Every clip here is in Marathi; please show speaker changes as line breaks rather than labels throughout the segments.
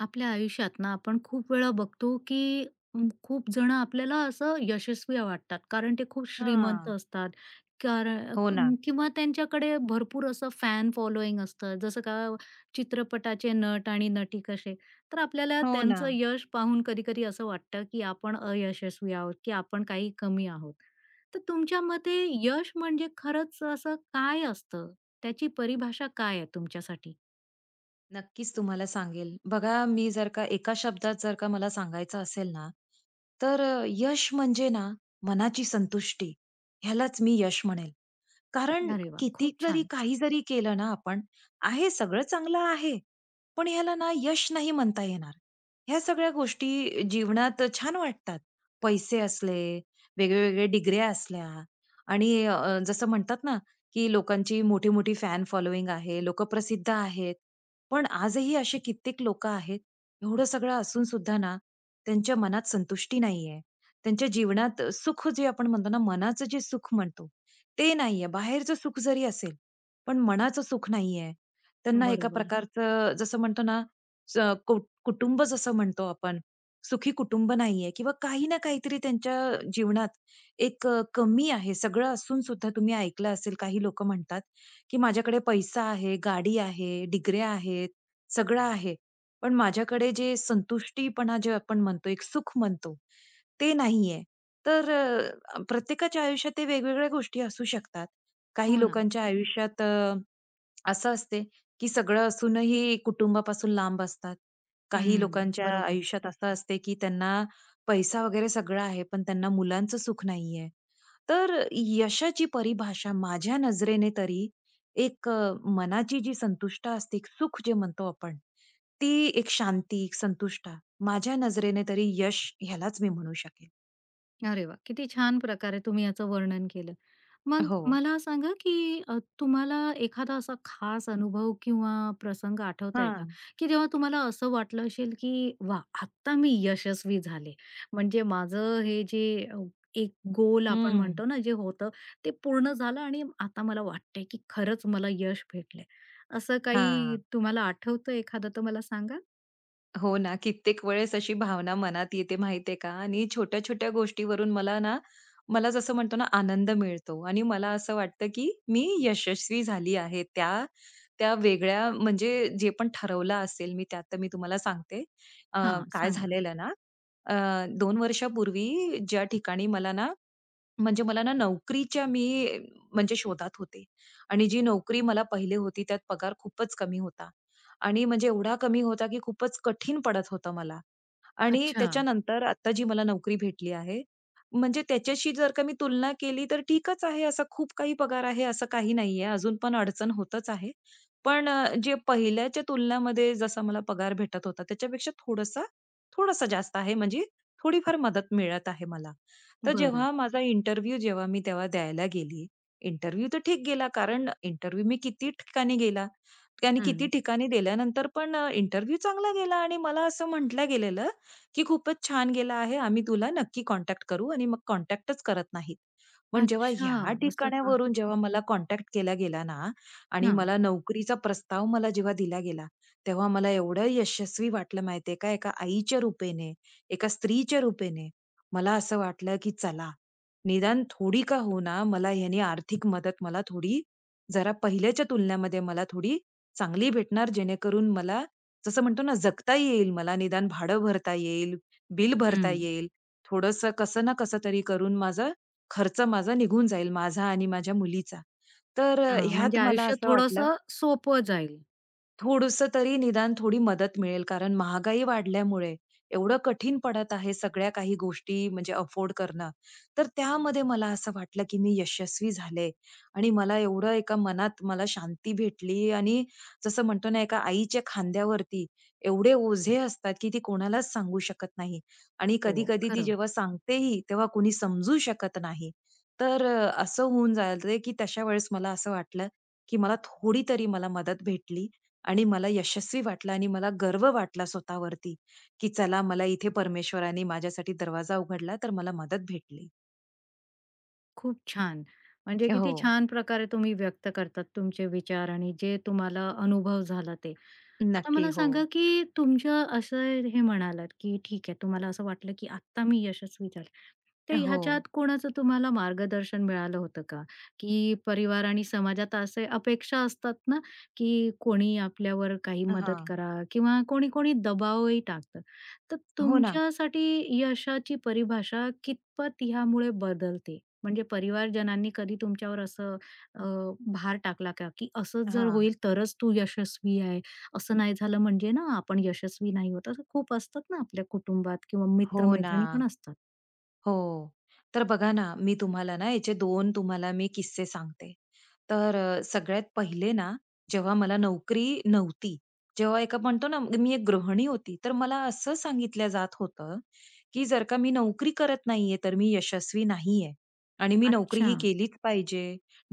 आपल्या आयुष्यात ना आपण खूप वेळा बघतो की खूप जण आपल्याला असं यशस्वी वाटतात कारण ते खूप श्रीमंत
हां.
असतात कारण
हो ना.
किंवा त्यांच्याकडे भरपूर असं फॅन फॉलोईंग असतं जसं का चित्रपटाचे नट आणि नटी कसे. तर आपल्याला
हो ना.
त्यांचं यश पाहून कधी कधी असं वाटतं की आपण अयशस्वी आहोत की आपण काही कमी आहोत. तर तुमच्या मते यश म्हणजे खरंच असं काय असतं. त्याची परिभाषा काय आहे तुमच्यासाठी.
नक्कीच तुम्हाला सांगेल. बघा मी जर का एका शब्दात जर का मला सांगायचं असेल ना, तर यश म्हणजे ना मनाची संतुष्टी, ह्यालाच मी यश म्हणेल. कारण
अरे वा,
किती
खूप
तरी
छान.
काही जरी केलं ना आपण, आहे सगळं चांगलं आहे, पण ह्याला ना यश नाही म्हणता येणार. ह्या सगळ्या गोष्टी जीवनात छान वाटतात. पैसे असले, वेगवेगळ्या डिग्र्या असल्या आणि जसं म्हणतात ना, की लोकांची मोठी-मोठी फॅन फॉलोइंग आहे, लोकं प्रसिद्ध आहेत. पण आजही असे कित्येक लोक आहेत, एवढं सगळं असून सुद्धा ना, त्यांच्या मनात संतुष्टी नाहीये. त्यांच्या जीवनात सुख जे आपण म्हणतो ना, मनाचं जे सुख म्हणतो, ते नाहीये. बाहेरचं सुख जरी असेल, पण मनाचं सुख नाहीये. त्यांना एका
बरोबर.
प्रकारचं जसं म्हणतो ना, स कु कुटुंब जसं म्हणतो आपण, सुखी कुटुंब नाहीये किंवा काही ना काहीतरी त्यांच्या जीवनात एक कमी आहे. सगळं असून सुद्धा तुम्ही ऐकलं असेल, काही लोक म्हणतात, की माझ्याकडे पैसा आहे, गाडी आहे, डिग्र्या आहेत, सगळं आहे. पण माझ्याकडे जे संतुष्टीपणा जे आपण म्हणतो, एक सुख म्हणतो, ते नाहीये. तर प्रत्येकाच्या आयुष्यात ते वेगवेगळ्या गोष्टी असू शकतात. काही
हो ना.
लोकांच्या आयुष्यात असं असते, की सगळं असूनही कुटुंबापासून लांब असतात. काही
हं.
लोकांच्या
बरोबर.
आयुष्यात असं असते, की त्यांना पैसा वगैरे सगळं आहे, पण त्यांना मुलांचं सुख नाहीये. तर यशाची परिभाषा माझ्या नजरेने तरी एक मनाची जी संतुष्ट असते, एक सुख जे म्हणतो आपण, ती एक शांती, एक संतुष्टा. माझ्या नजरेने तरी यश ह्यालाच मी म्हणू शकेल.
अरे वा, किती छान प्रकारे तुम्ही याचं वर्णन केलं. मग
हो.
मला सांगा, की तुम्हाला एखादा असा खास अनुभव किंवा प्रसंग आठवतोय का?
हां.
की जेव्हा तुम्हाला असं वाटलं असेल, की वा, आत्ता मी यशस्वी झाले. म्हणजे माझं हे जे अ, एक गोल आपण
हं.
म्हणतो ना, जे होतं ते पूर्ण झालं आणि आता मला वाटतंय, की खरंच मला यश भेटलंय. असं
हां.
काही तुम्हाला आठवतं एखादं तर मला सांगा?
हो ना, कित्येक वेळेस अशी भावना मनात येते माहितीये का आणि छोट्या-छोट्या गोष्टीवरून मला ना, मला जसं म्हणतो ना आनंद मिळतो आणि मला असं वाटतं, की मी यशस्वी झाली आहे. त्या त्या वेगळ्या म्हणजे जे पण ठरवलं असेल मी त्यात तर मी तुम्हाला सांगते. अ,
हां,
काय
सांगा.
झालेलं ना, 2 वर्षापूर्वी ज्या ठिकाणी मला ना म्हणजे मला ना नोकरीच्या मी म्हणजे शोधात होते आणि जी नोकरी मला पहिले होती त्यात पगार खूपच कमी होता आणि म्हणजे एवढा कमी होता की खूपच कठीण पडत होतं मला. आणि
अच्छा.
त्याच्यानंतर आता जी मला नोकरी भेटली आहे, म्हणजे त्याच्याशी जर का मी तुलना केली तर ठीकच आहे. असा खूप काही पगार आहे असं काही नाहीये. अजून पण अडचण होतच आहे. पण जे पहिल्याच्या तुलनामध्ये जसा मला पगार भेटत होता त्याच्यापेक्षा थोडासा, थोडासा जास्त आहे म्हणजे थोडीफार मदत मिळत आहे मला. तर जेव्हा
बरं.
माझा इंटरव्ह्यू जेव्हा मी तेव्हा द्यायला गेली, इंटरव्ह्यू तर ठीक गेला कारण इंटरव्ह्यू मी किती ठिकाणी गेला. त्याने किती ठिकाणी दिल्यानंतर पण इंटरव्ह्यू चांगला गेला आणि मला असं म्हटलं गेलेलं, की "खूपच छान गेला आहे. आम्ही तुला नक्की कॉन्टॅक्ट करू" आणि मग कॉन्टॅक्टच करत नाहीत. पण जेव्हा
अच्छा,
ह्या
असं का?
ठिकाणावरून जेव्हा मला कॉन्टॅक्ट केला गेला ना आणि
हां.
मला नोकरीचा प्रस्ताव मला जेव्हा दिला गेला, तेव्हा मला एवढं यशस्वी वाटलं माहिती का, एका आईच्या रूपेने, एका स्त्रीच्या रूपेने मला असं वाटलं, की चला, निदान थोडी का होईना मला ह्याने आर्थिक मदत मला थोडी जरा पहिल्याच्या तुलनेमध्ये मला थोडी चांगली भेटणार जेणेकरून मला जसं म्हणतो ना जगता येईल मला निदान भाडं भरता येईल, बिल भरता
हं.
येईल. थोड़स कसं ना कसं तरी करून माझा खर्च माझा निघून जाईल माझा आणि माझ्या मुलीचा. तर
हां,
ह्यात
म्हणजे
मला
आयुष्य
असं वाटलं
थोडंसं सोपं जाईल.
थोडंसं तरी निदान थोडी मदत मिळेल. कारण महागाई वाढल्यामुळे एवढं कठीण पडत आहे सगळ्या काही गोष्टी म्हणजे अफोर्ड करणं. तर त्यामध्ये मला असं वाटलं, की मी यशस्वी झाले आणि मला एवढं एका मनात मला शांती भेटली आणि जसं म्हणतो ना, एका आईच्या खांद्यावरती एवढे ओझे असतात, की ती कोणालाच सांगू शकत नाही आणि
हो.
कधी-कधी ती
खरं.
जेव्हा सांगतेही, तेव्हा कोणी समजू शकत नाही. तर असं होऊन जातं, की तशा वेळेस मला असं वाटलं, की मला थोडी तरी मला मदत भेटली आणि मला यशस्वी वाटलं आणि मला गर्व वाटला स्वतःवरती, की चला मला इथे परमेश्वराने माझ्यासाठी दरवाजा उघडला, तर मला मदत भेटली.
खूप छान. म्हणजे
हो.
किती छान प्रकारे तुम्ही व्यक्त करतात तुमचे विचार आणि जे तुम्हाला अनुभव झाला ते. आता
नक्की.
मला
हो.
सांगा, की तुमच्या असं हे म्हणालात, की ठीक आहे तुम्हाला असं वाटलं, की आत्ता मी यशस्वी झाले. तर
हो.
ह्याच्यात कोणाचं तुम्हाला मार्गदर्शन मिळालं होतं का? की परिवार आणि समाजात असे अपेक्षा असतात ना, की कोणी आपल्यावर काही मदत
हां.
करा किंवा कोणी-कोणी दबावही टाकतं. तर
हो ना.
तुमच्यासाठी यशाची परिभाषा कितपत ह्यामुळे बदलते? म्हणजे परिवारजनांनी कधी तुमच्यावर असं अ, भार टाकला का, की असंच जर
हां.
होईल तरच तू यशस्वी आहे? असं नाही झालं म्हणजे ना आपण यशस्वी नाही होत. असं खूप असतात ना आपल्या कुटुंबात किंवा
हो ना.
मित्र-मैत्रिणी पण असतात.
हो. तर बघा ना, मी तुम्हाला ना याचे दोन तुम्हाला मी किस्से सांगते. तर सगळ्यात पहिले ना, जेव्हा मला नोकरी नव्हती, जेव्हा एका म्हणतो ना, मी एक गृहिणी होती, तर मला असं सांगितलं जात होतं, की जर का मी नोकरी करत नाहीये, तर मी यशस्वी नाहीये आणि मी नोकरी
अच्छा.
ही केलीच पाहिजे.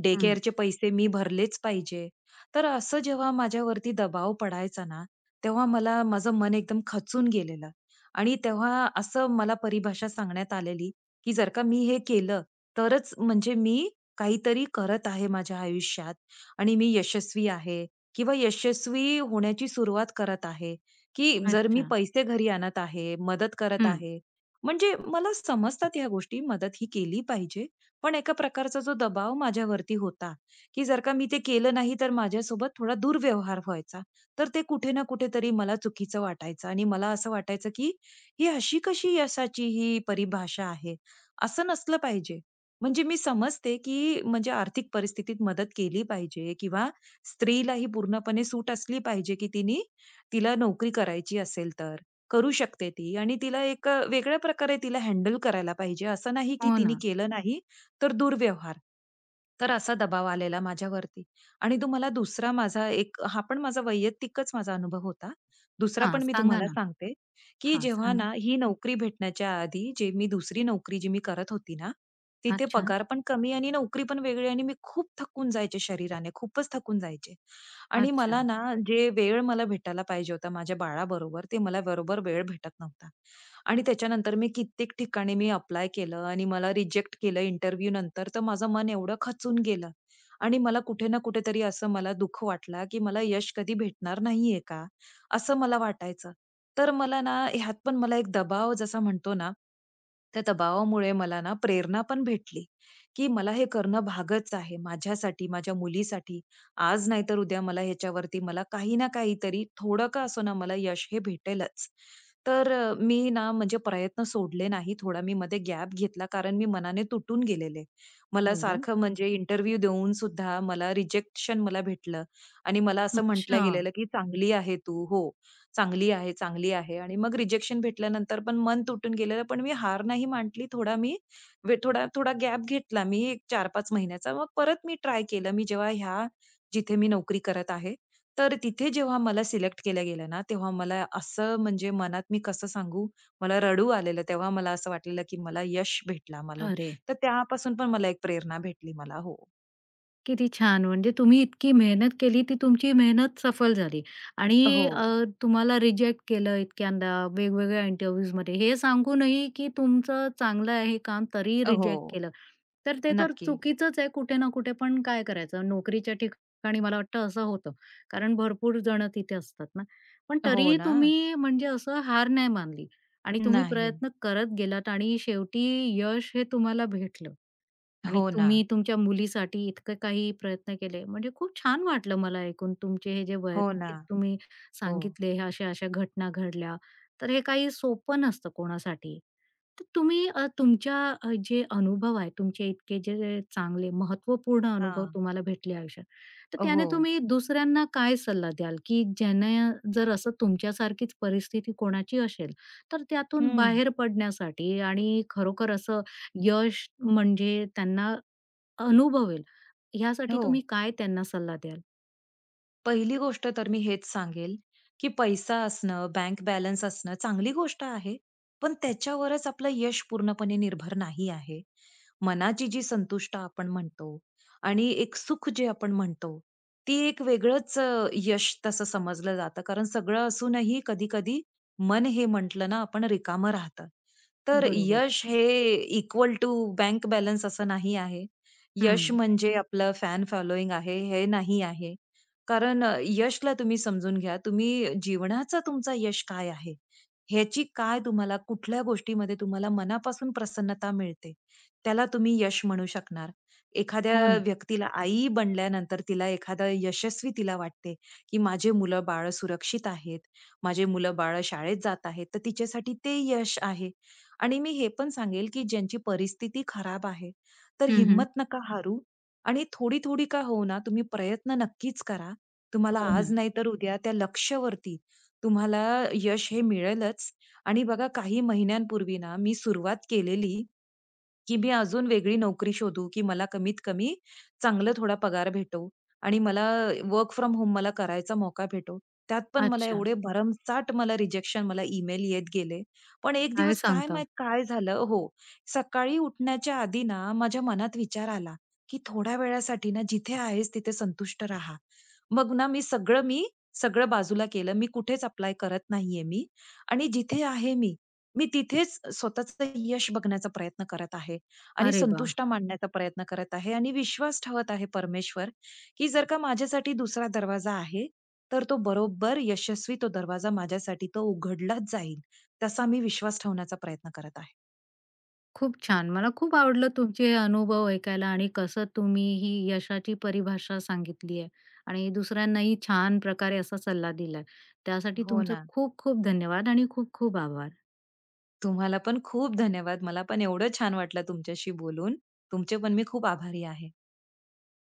डे
हं.
केअरचे पैसे मी भरलेच पाहिजे. तर असं जेव्हा माझ्यावरती दबाव पडायचा ना, तेव्हा मला माझं मन एकदम खचून गेलेलं. आणि तेव्हा असं मला परिभाषा सांगण्यात आलेली, की जर का मी हे केलं, तरच म्हणजे मी काहीतरी करत आहे माझ्या आयुष्यात आणि मी यशस्वी आहे किंवा यशस्वी होण्याची सुरुवात करत आहे, की जर मी
अच्छा.
पैसे घरी आणत आहे, मदत करत
हं.
आहे. म्हणजे मला समजतात ह्या गोष्टी, मदत ही केली पाहिजे. पण एका प्रकारचा जो दबाव माझ्यावरती होता, की जर का मी ते केलं नाही, तर माझ्यासोबत थोडा दुर्व्यवहार व्हायचा. तर ते कुठे ना कुठेतरी मला चुकीचं वाटायचं आणि मला असं वाटायचं, की ही अशी कशी यशाची ही परिभाषा आहे? असं नसलं पाहिजे. म्हणजे मी समजते, की म्हणजे आर्थिक परिस्थितीत मदत केली पाहिजे किंवा स्त्रीला ही पूर्णपणे सूट असली पाहिजे, की तिने तिला नोकरी करायची असेल तर, करू शकते ती आणि तिला एक वेगळ्या प्रकारे तिला हँडल करायला पाहिजे. असं नाही, की
हो
तिने
ना.
केलं नाही तर दुर्व्यवहार. तर असा दबाव आलेला माझ्यावरती. आणि तुम्हाला दुसरा माझा एक हा पण माझा वैयक्तिकच माझा अनुभव होता. दुसरा
हां,
पण मी
सांगा
तुम्हाला
ना.
सांगते. की
हां,
जेव्हा
सांगा.
ना ही नोकरी भेटण्याच्या आधी जे मी दुसरी नोकरी जी मी करत होती ना, तिथे
अच्छा.
पगार पण कमी आणि नोकरी पण वेगळी आणि मी खूप थकून जायचे शरीराने, खूपच थकून जायचे. आणि
अच्छा.
मला ना जे वेळ मला भेटायला पाहिजे होता माझ्या बाळाबरोबर, ते मला बरोबर वेळ भेटत नव्हता. आणि त्याच्यानंतर मी कित्येक ठिकाणी मी अप्लाय केलं आणि मला रिजेक्ट केलं इंटरव्ह्यू नंतर, तर माझं मन एवढं खचून गेलं आणि मला कुठे ना कुठेतरी असं मला दुःख वाटला, की मला यश कधी भेटणार नाहीये का? असं मला वाटायचं. तर मला ना ह्यात पण मला एक दबाव जसा म्हणतो ना, त्या दबावामुळे मला ना प्रेरणा पण भेटली, की मला हे करणं भागच आहे माझ्यासाठी, माझ्या मुलीसाठी. आज नाहीतर उद्या मला ह्याच्यावरती मला काही ना काहीतरी थोडं का असेना मला यश हे भेटेलच. तर मी ना म्हणजे प्रयत्न सोडले नाही. थोडा मी मध्ये गॅप घेतला कारण मी मनाने तुटून गेलेले. मला
बरं.
सारखं म्हणजे इंटरव्ह्यू देऊन सुद्धा मला रिजेक्शन मला भेटलं आणि मला असं म्हटलं
अच्छा.
गेलेलं, की "चांगली आहे तू." हो, "चांगली आहे, चांगली आहे." आणि मग रिजेक्शन भेटल्यानंतर पण मन तुटून गेलेलं. पण मी हार नाही मानली. थोडा मी वे थोडा थोडा गॅप घेतला मी 4-5 महिन्याचा. मग परत मी ट्राय केलं. मी जेव्हा ह्या जिथे मी नोकरी करत आहे. तर तिथे जेव्हा मला सिलेक्ट केलं गेलं ना, तेव्हा मला असं म्हणजे मनात मी कसं सांगू, मला रडू आलेलं. तेव्हा मला असं वाटलेलं, की मला यश भेटला मला.
अरे,
तर त्यापासून पण मला एक प्रेरणा भेटली मला. हो.
किती छान! म्हणजे तुम्ही इतकी मेहनत केली, ती तुमची मेहनत सफल झाली. आणि
हो,
तुम्हाला रिजेक्ट केलं इतक्यांदा वेगवेगळ्या इंटरव्ह्यूजमध्ये हे सांगूनही की तुमचं चांगलं आहे काम, तरीही रिजेक्ट
हो.
केलं. तर ते तर
नक्की.
चुकीचंच आहे कुठे ना कुठे. पण काय करायचं, नोकरीच्या ठिकाणी मला वाटतं असं होतं. कारण भरपूर जण तिथे असतात ना. पण
हो
तरीही
ना.
तुम्ही म्हणजे असं हार नाही मानली आणि तुम्ही
नाही.
प्रयत्न करत गेलात आणि शेवटी यश हे तुम्हाला भेटलं. आणि
हो ना.
तुम्ही तुमच्या मुलीसाठी इतकं काही प्रयत्न केले. म्हणजे खूप छान वाटलं मला ऐकून तुमचे हे जे
हो ना.
वैयक्तिक तुम्ही
हो.
सांगितले, ह्या अशा-अशा घटना घडल्या. तर हे काही सोपं नसतं कोणासाठी. तर तुम्ही तुमच्या जे अनुभव आहे, तुमचे इतके जे चांगले महत्त्वपूर्ण अनुभव
हां.
तुम्हाला भेटले आयुष्यात, तर त्याने
हो.
तुम्ही दुसऱ्यांना काय सल्ला द्याल, की ज्याने जर असं तुमच्यासारखीच परिस्थिती कोणाची असेल, तर त्यातून
हं.
बाहेर पडण्यासाठी आणि खरोखर असं यश म्हणजे त्यांना अनुभवेल, ह्यासाठी
हो.
तुम्ही काय त्यांना सल्ला द्याल?
पहिली गोष्ट तर मी हेच सांगेल, की पैसा असणं, बँक बॅलन्स असणं चांगली गोष्ट आहे. पण त्याच्यावरच आपलं यश पूर्णपणे निर्भर नाही आहे. मनाची जी संतुष्ट आपण म्हणतो आणि एक सुख जे आपण म्हणतो, ती एक वेगळंच यश तसं समजलं जातं. कारण सगळं असूनही कधी-कधी मन हे म्हटलं ना आपण रिकामं राहतं. तर
बरोबर.
यश हे इक्वल टू बँक बॅलन्स असं नाही आहे. यश
हं.
म्हणजे आपलं फॅन फॉलोइंग आहे, हे नाही आहे. कारण यशला तुम्ही समजून घ्या. तुम्ही जीवनाचा तुमचा यश काय आहे? ह्याची काय तुम्हाला कुठल्या गोष्टीमध्ये तुम्हाला मनापासून प्रसन्नता मिळते, त्याला तुम्ही यश म्हणू शकणार.
हो
एखाद्या
ना.
व्यक्तीला आई बनल्यानंतर तिला एखादा यशस्वी तिला वाटते, की माझे मुलं-बाळं सुरक्षित आहेत. माझे मुलं-बाळं शाळेत जात आहेत. तर तिच्यासाठी ते यश आहे. आणि मी हे पण सांगेल, की ज्यांची परिस्थिती खराब आहे, तर
हं, हं.
हिम्मत नका हारू आणि थोडी-थोडी का होईना तुम्ही प्रयत्न नक्कीच करा तुम्हाला
हो
आज
ना.
नाही तर उद्या त्या लक्ष्यवरती तुम्हाला यश हे मिळेलच. आणि बघा काही महिन्यांपूर्वी ना मी सुरुवात केलेली की मी अजून वेगळी नोकरी शोधू, की मला कमीत कमी चांगला थोडा पगार भेटो आणि मला वर्क फ्रॉम होम मला करायचा मौका भेटो. त्यात पण मला
अच्छा.
एवढे भरमसाठ मला रिजेक्शन मला ईमेल येत गेले. पण एक
काय
दिवस काय
सांगता?
माहीत काय झालं हो, सकाळी उठण्याच्या आधी ना माझ्या मनात विचार आला, की थोड्या वेळासाठी ना जिथे आहेस तिथे संतुष्ट राहा. मग ना मी सगळं बाजूला केलं. मी कुठेच अप्लाय करत नाहीये मी आणि जिथे आहे मी, तिथेच स्वतःचं यश बघण्याचा प्रयत्न करत आहे. आणि
अरे वाह!
संतुष्ट मानण्याचा प्रयत्न करत आहे आणि विश्वास ठेवत आहे परमेश्वर, की जर का माझ्यासाठी दुसरा दरवाजा आहे, तर तो बरोबर यशस्वी तो दरवाजा माझ्यासाठी तो उघडलाच जाईल. तसा मी विश्वास ठेवण्याचा प्रयत्न करत आहे.
खूप छान. मला खूप आवडलं तुमचे हे अनुभव ऐकायला आणि कसं तुम्ही ही यशाची परिभाषा सांगितली आहे आणि दुसऱ्यांनाही छान प्रकारे असा सल्ला दिलाय. त्यासाठी
हो
तुमचं
ना.
खूप खूप धन्यवाद आणि खूप खूप आभार.
तुम्हाला पण खूप धन्यवाद. मला पण एवढं छान वाटलं तुमच्याशी बोलून. तुमचे पण मी खूप आभारी आहे.